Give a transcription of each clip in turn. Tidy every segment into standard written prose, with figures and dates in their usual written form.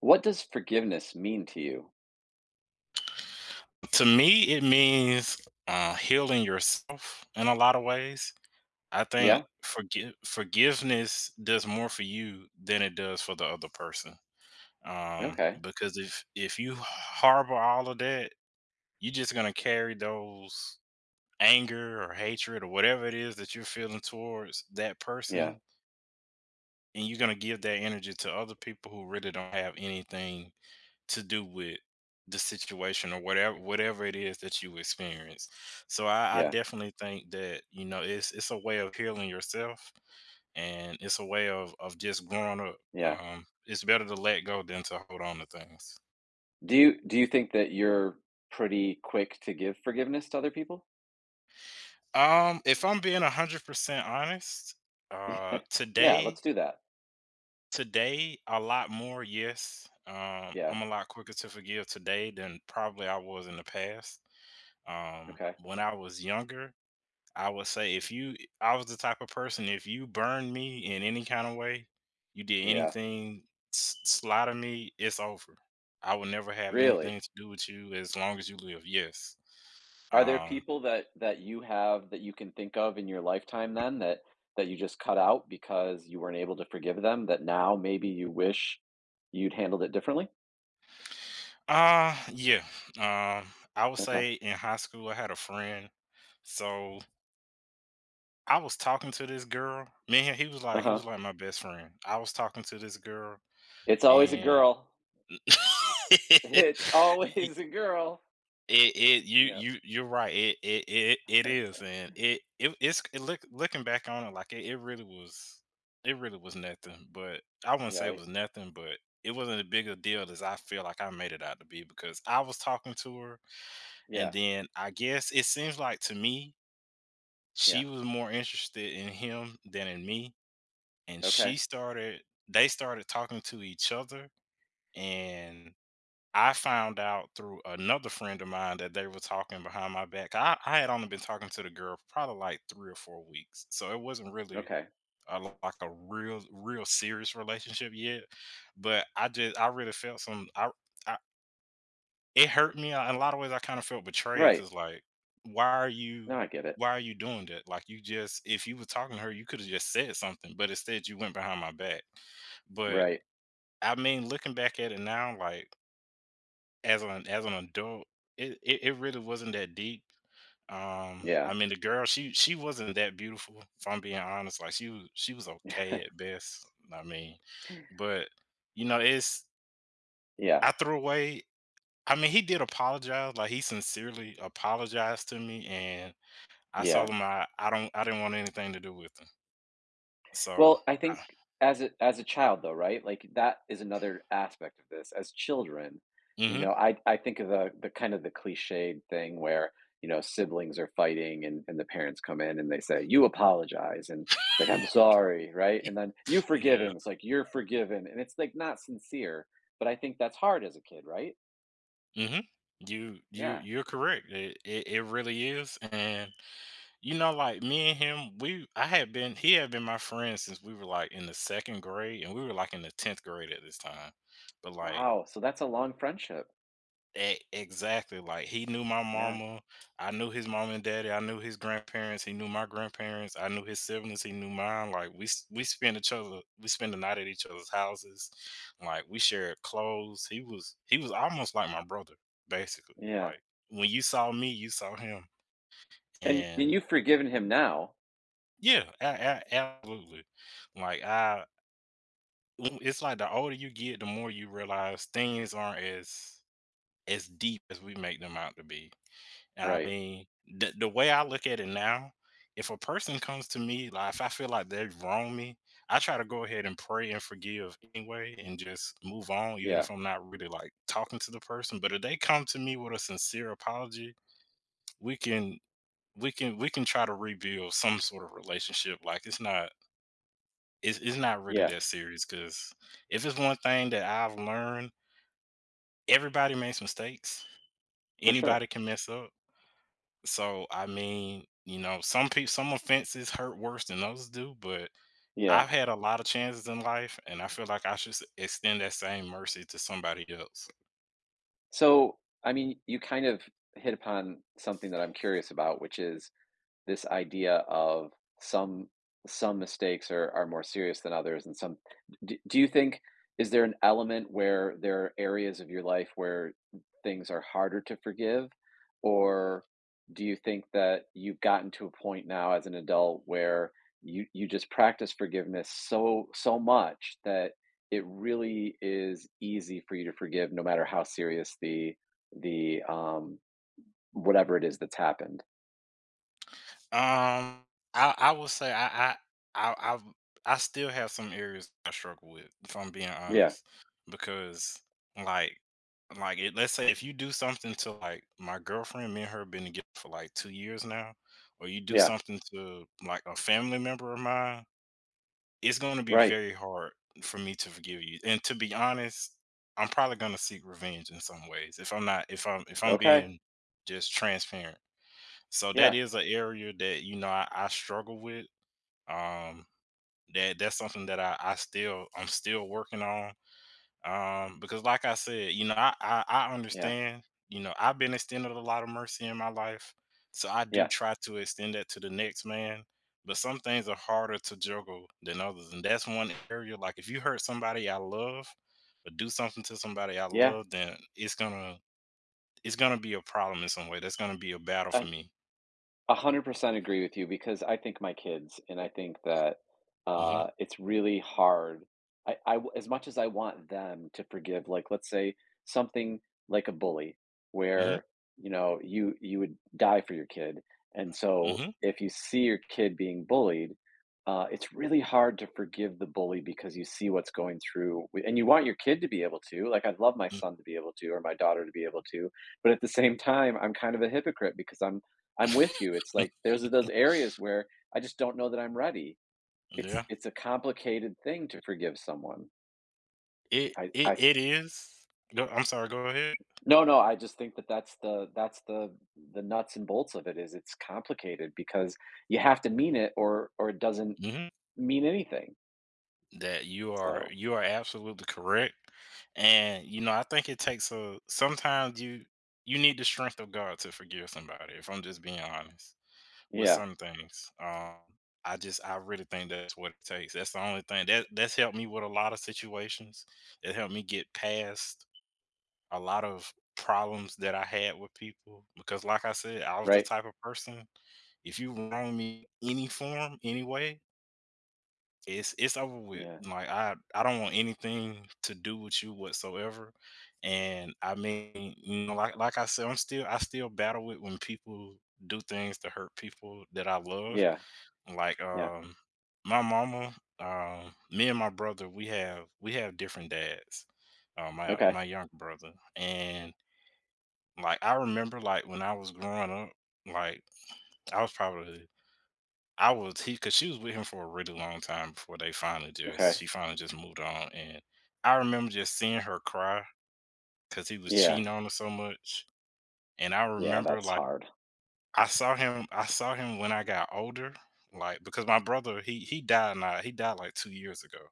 What does forgiveness mean to you? To me, it means healing yourself in a lot of ways. I Yeah? think forgiveness does more for you than it does for the other person. Okay. Because if you harbor all of that, you're just gonna carry those anger or hatred or whatever it is that you're feeling towards that Yeah. person, and you're gonna give that energy to other people who really don't have anything to do with the situation or whatever it is that you experience. So I Yeah. definitely think that you know it's a way of healing yourself, and it's a way of just growing up. Yeah. It's better to let go than to hold on to things. Do you think that you're pretty quick to give forgiveness to other people? If I'm being 100% honest, uh, Yeah. Yeah, let's today do that. Today, a lot more, yes. Yeah. I'm a lot quicker to forgive today than probably I was in the past. Okay. When I was younger, I would say if you, I was the type of person, if you burned me in any kind of way, you did Yeah. anything s- sly to me, it's over. I will never have Really? anything to do with you as long as you live. Yes. Are there Um, people that you have that you can think of in your lifetime then that you just cut out because you weren't able to forgive them that now maybe you wish you'd handled it differently? Yeah. Um, I would Okay. say in high school, I had a friend. So I was talking to this girl. Man, he was like Uh-huh. My best friend. I was talking to this girl, It's always a and girl. it, It's always a girl. it you Yeah. you're right. It is, and it it's it look looking back on it like it really was nothing. But I wouldn't Yeah. say it I. was nothing, but it wasn't as big a deal as I feel like I made it out to be because I was talking to her, and Yeah, then I guess it seems like to me yeah. she was more interested in him than in me, and she Okay, started they started talking to each other, and I found out through another friend of mine that they were talking behind my back. I had only been talking to the girl for probably like 3 or 4 weeks. So it wasn't really okay. Like a real serious relationship yet. But I really it hurt me, in a lot of ways, I kinda felt betrayed Right. because, like, why are No, you I get it. why are you doing that? Like, you just if you were talking to her, you coulda just said something, but instead you went behind my back. But, Right. I mean, looking back at it now, like, as an adult, it really wasn't that deep. Yeah, I mean, the girl, she wasn't that beautiful, if I'm being honest, like, she was okay at best, I mean, but, you know, it's yeah, I threw away I mean, he did apologize, like, he sincerely apologized to me, and I told yeah. him I didn't want anything to do with him. So, Well, I think as a child though, right? Like that is another aspect of this. As children, mhm. I think of the kind of the cliched thing where, siblings are fighting and, the parents come in and they say, "You apologize," and like, "I'm sorry," right? And then you forgive Yeah. him. It's like, "You're forgiven." And it's like not sincere. But I think that's hard as a kid, right? Mhm. You you Yeah. you're correct. It really is, and, you know, like, me and him, we I had been he had been my friend since we were, like, in the 2nd grade, and we were, like, in the 10th grade at this time, but, like Wow. So that's a long friendship. E exactly, like, he knew my Yeah. mama, I knew his mom and daddy, I knew his grandparents, he knew my grandparents, I knew his siblings, he knew mine, like, we spent each other we spent the night at each other's houses, like, we shared clothes, he was almost like my brother, basically, Yeah. like, when you saw me, you saw him, And and you've forgiven him now, yeah, a absolutely, like, I, it's like the older you get, the more you realize things aren't as deep as we make them out to be. And I right? mean, the way I look at it now, if a person comes to me, like if I feel like they've wronged me, I try to go ahead and pray and forgive anyway and just move on, even Yeah. if I'm not really like talking to the person. But if they come to me with a sincere apology, we can we can try to rebuild some sort of relationship. Like it's not really Yeah. that serious because if it's one thing that I've learned, everybody makes mistakes. For sure. Anybody can mess up. So, I mean, you know, some offenses hurt worse than others do, but Yeah. I've had a lot of chances in life, and I feel like I should s- extend that same mercy to somebody else. So, I mean, you kind of hit upon something that I'm curious about, which is this idea of some some mistakes are more serious than others and some do you think is there an element where there are areas of your life where things are harder to forgive or do you think that you've gotten to a point now as an adult where you just practice forgiveness so much that it really is easy for you to forgive no matter how serious the the um whatever it is that's happened. Um, I I will say I I I've, I still have some areas I struggle with, if I'm being Yeah. honest, because like like let's say if you do something to like my girlfriend, me and her been together for like 2 years now, or you do Yeah. something to like a family member of mine, it's going to be Right. very hard for me to forgive you. And to be honest, I'm probably going to seek revenge in some ways if I'm not if I'm if I'm Okay. being just transparent. So that Yeah. is an area that you know I struggle with. Um, that's something that I'm still working on. Because like I said, you know, I Yeah. understand, you know, I've been extended a lot of mercy in my life. So I do Yeah. try to extend that to the next man. But some things are harder to juggle than others. And that's one area like if you hurt somebody I love or do something to somebody I Yeah. love, then it's gonna be a problem in some way. That's gonna be a battle for I me. 100% agree with you because I think my kids, and I think that Hmm it's really hard. As much as I want them to forgive, like, let's say something like a bully, hmm where you know you would die for your kid, and so hmm if you see your kid being bullied, it's really hard to forgive the bully because you see what's going through and you want your kid to be able to. Like, I'd love my son to be able to, or my daughter to be able to, but at the same time, I'm kind of a hypocrite because I'm with you. It's like there's those areas where I just don't know that I'm ready. It's Yeah. A complicated thing to forgive someone. It it I it is. Go, I'm sorry, go ahead. No, I just think that that's the the nuts and bolts of it is it's complicated because you have to mean it or it doesn't Mm-hmm. mean anything. that you are So absolutely correct, and you know, I think it takes a sometimes you, you need the strength of God to forgive somebody if I'm just being honest with yeah, some things. I just I really think that's what it takes. That's the only thing that that's helped me with a lot of situations. It helped me get past a lot of problems that I had with people because like I said, I was the right. type of person, if you wrong me any form anyway, it's over with. Yeah, Like I don't want anything to do with you whatsoever. And I mean, you know, like I said, I still battle with when people do things to hurt people that I love. yeah, Like yeah. My mama, me and my brother, we have different dads. Okay, My younger brother. And I remember like when I was growing up, like I was probably I was he because she was with him for a really long time before they finally okay. just she finally just moved on, and I remember just seeing her cry because he was Yeah, cheating on her so much, and I yeah. remember That's like hard. I saw him when I got older, like because my brother he died now he died like 2 years ago,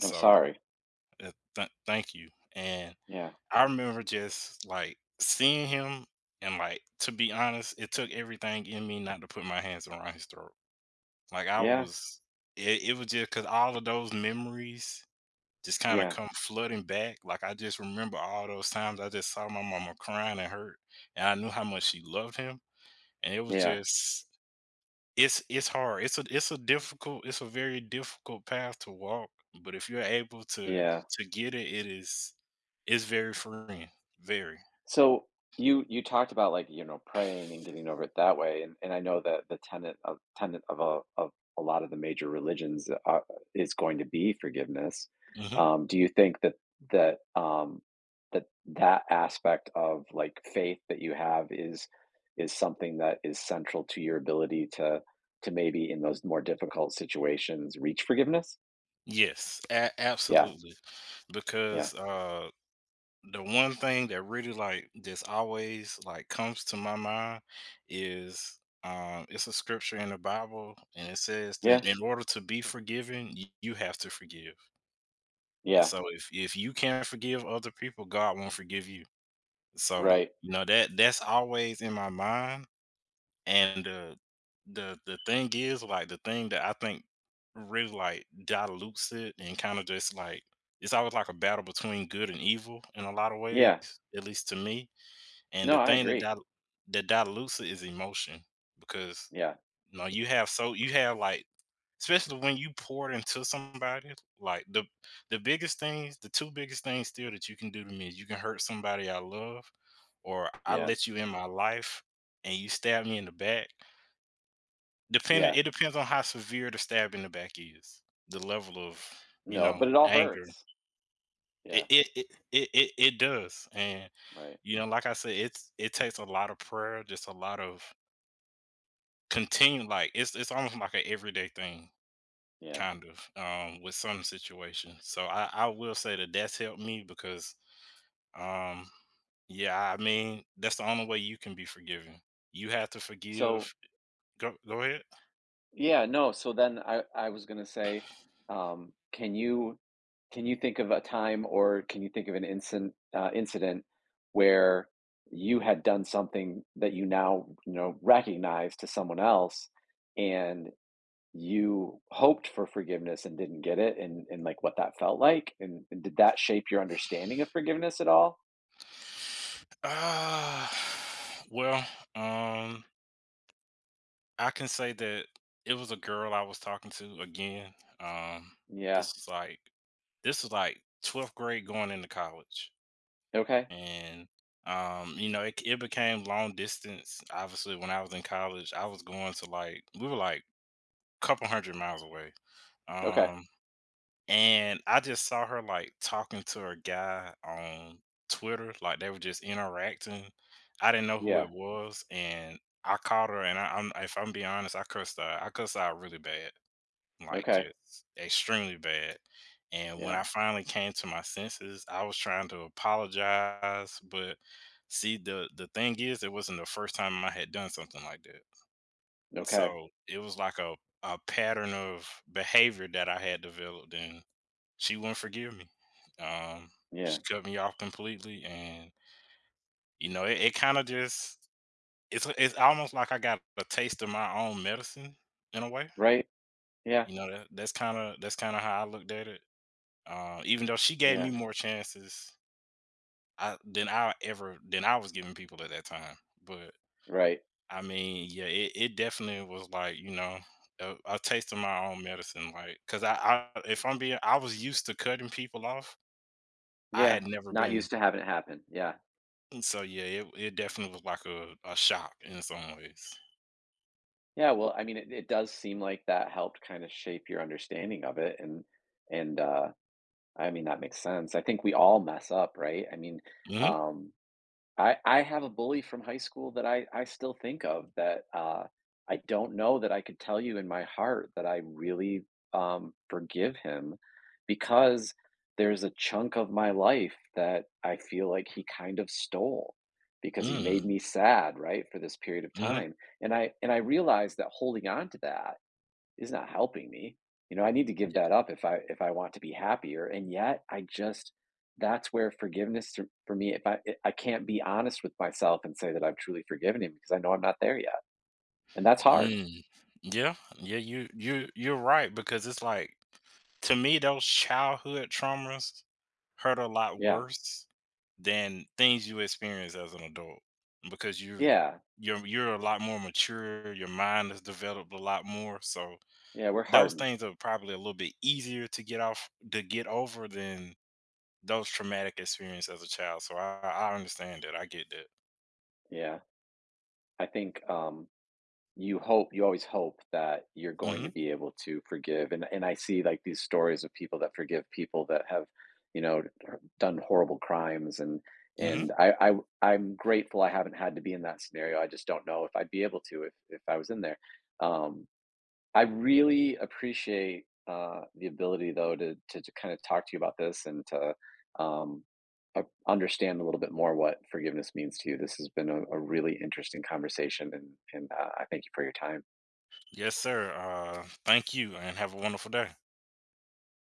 I'm sorry. Thank you, and Yeah, I remember just like seeing him. And like to be honest, it took everything in me not to put my hands around his throat. Like, I yeah, was it was just because all of those memories just kinda yeah, come flooding back, like, I just remember all those times I just saw my mama crying and hurt, and I knew how much she loved him, and it was yeah, just it's hard, it's a difficult it's a very difficult path to walk, but if you're able to yeah. Get it, it is it's very freeing, very. So you talked about, like, praying and getting over it that way. And I know that the tenet of a lot of the major religions is going to be forgiveness. Mhm. Do you think that that um, that that aspect of like faith that you have is something that is central to your ability to maybe in those more difficult situations reach forgiveness? Yes, a Yeah, absolutely, yeah, because, the one thing that really like this always like comes to my mind is it's a scripture in the Bible, and it says that yeah, in order to be forgiven, y- you have to forgive, and yeah. so if you can't forgive other people, God won't forgive you. So, Right. you know, that's always in my mind. And the thing is like the thing that I think really like dilutes it and kind of just like, it's always like a battle between good and evil in a lot of ways, Yeah. at least to me. And No, the I thing that agree. Dilutes it is emotion, because Yeah, you know you have so you have like, especially when you pour it into somebody, like the biggest things, the two biggest things still that you can do to me is you can hurt somebody I love or I yeah, let you in my life and you stab me in the back. Depending, yeah. it depends on how severe the stab in the back is, the level of, you No, but know, it all anger. hurts. it Yeah, it it it does, and, right. you know, like I said, it takes a lot of prayer, just a lot of continue, like, it's almost like an everyday thing, Yeah. kind of, with some situations, so I will say that that's helped me because, um, yeah, I mean, that's the only way you can be forgiven. You have to So, forgive. Go ahead. yeah, no, so then I was gonna say, can you think of a time or can you think of an incin incident where you had done something that you now, you know, recognize to someone else and you hoped for forgiveness and didn't get it, and like what that felt like, and did that shape your understanding of forgiveness at all? Ah, well, um I can say that it was a girl I was talking to again. Um, Yeah. this was like this was like 12th grade going into college, Okay. and you know, it became long distance. Obviously, when I was in college, I was going to like we were like a couple hundred miles away. Okay. Um, and I just saw her, like, talking to a guy on Twitter, like, they were just interacting. I didn't know who Yeah. it was, and I called her, and I I'm if I'm being honest, I cussed her out really bad, like, Okay. just extremely bad, and when Yeah. I finally came to my senses, I was trying to apologize, but see, the thing is, it wasn't the first time I had done something like that. Okay. So, it was like a pattern of behavior that I had developed, and she wouldn't forgive me. Um, Yeah. she cut me off completely, and, you know, it kinda just it's almost like I got a taste of my own medicine in a way. Right. Yeah. You know, that's kinda how I looked at it. Even though she gave me Yeah. more chances, I than I was giving people at that time. But, Right. I mean, yeah, it definitely was like, you know, a taste of my own medicine, like 'cause I if I'm being I was used to cutting people off. I Yeah. had never Not been. used to having it happen. Yeah. And so, yeah, it definitely was like a shock in some ways. Yeah. Well, I mean, it does seem like that helped kind of shape your understanding of it. And, and, uh, I mean, that makes sense. I think we all mess up, right? I mean, Mhm, um, I have a bully from high school that I still think of, that, I don't know that I could tell you in my heart that I really, forgive him because there's a chunk of my life that I feel like he kind of stole because he mm, made me sad, right, for this period of mhm, time, and I realized that holding on to that is not helping me. You know, I need to give yeah, that up if I want to be happier. And yet, I just that's where forgiveness to, for me, if I I can't be honest with myself and say that I've truly forgiven him because I know I'm not there yet. And that's hard. mm. Yeah, yeah, you're right because it's like to me, those childhood traumas hurt a lot Yeah. worse than things you experience as an adult, because Yeah. You're a lot more mature, your mind has developed a lot more, so Yeah, we're those hardened. things are probably a little bit easier to get off to get over than those traumatic experience as a child. So I understand that. I get that. Yeah. I think you hope, you always hope that you're going to Hmm be able to forgive, and I see, like, these stories of people that forgive people that have, you know, done horrible crimes, and hmm I I'm grateful I haven't had to be in that scenario. I just don't know if I'd be able to if I was in there. Um, I really appreciate the ability, though, to kind of talk to you about this and to um, uh, understand a little bit more what forgiveness means to you. This has been a really interesting conversation, and I thank you for your time. Yes, sir. Thank you, and have a wonderful day.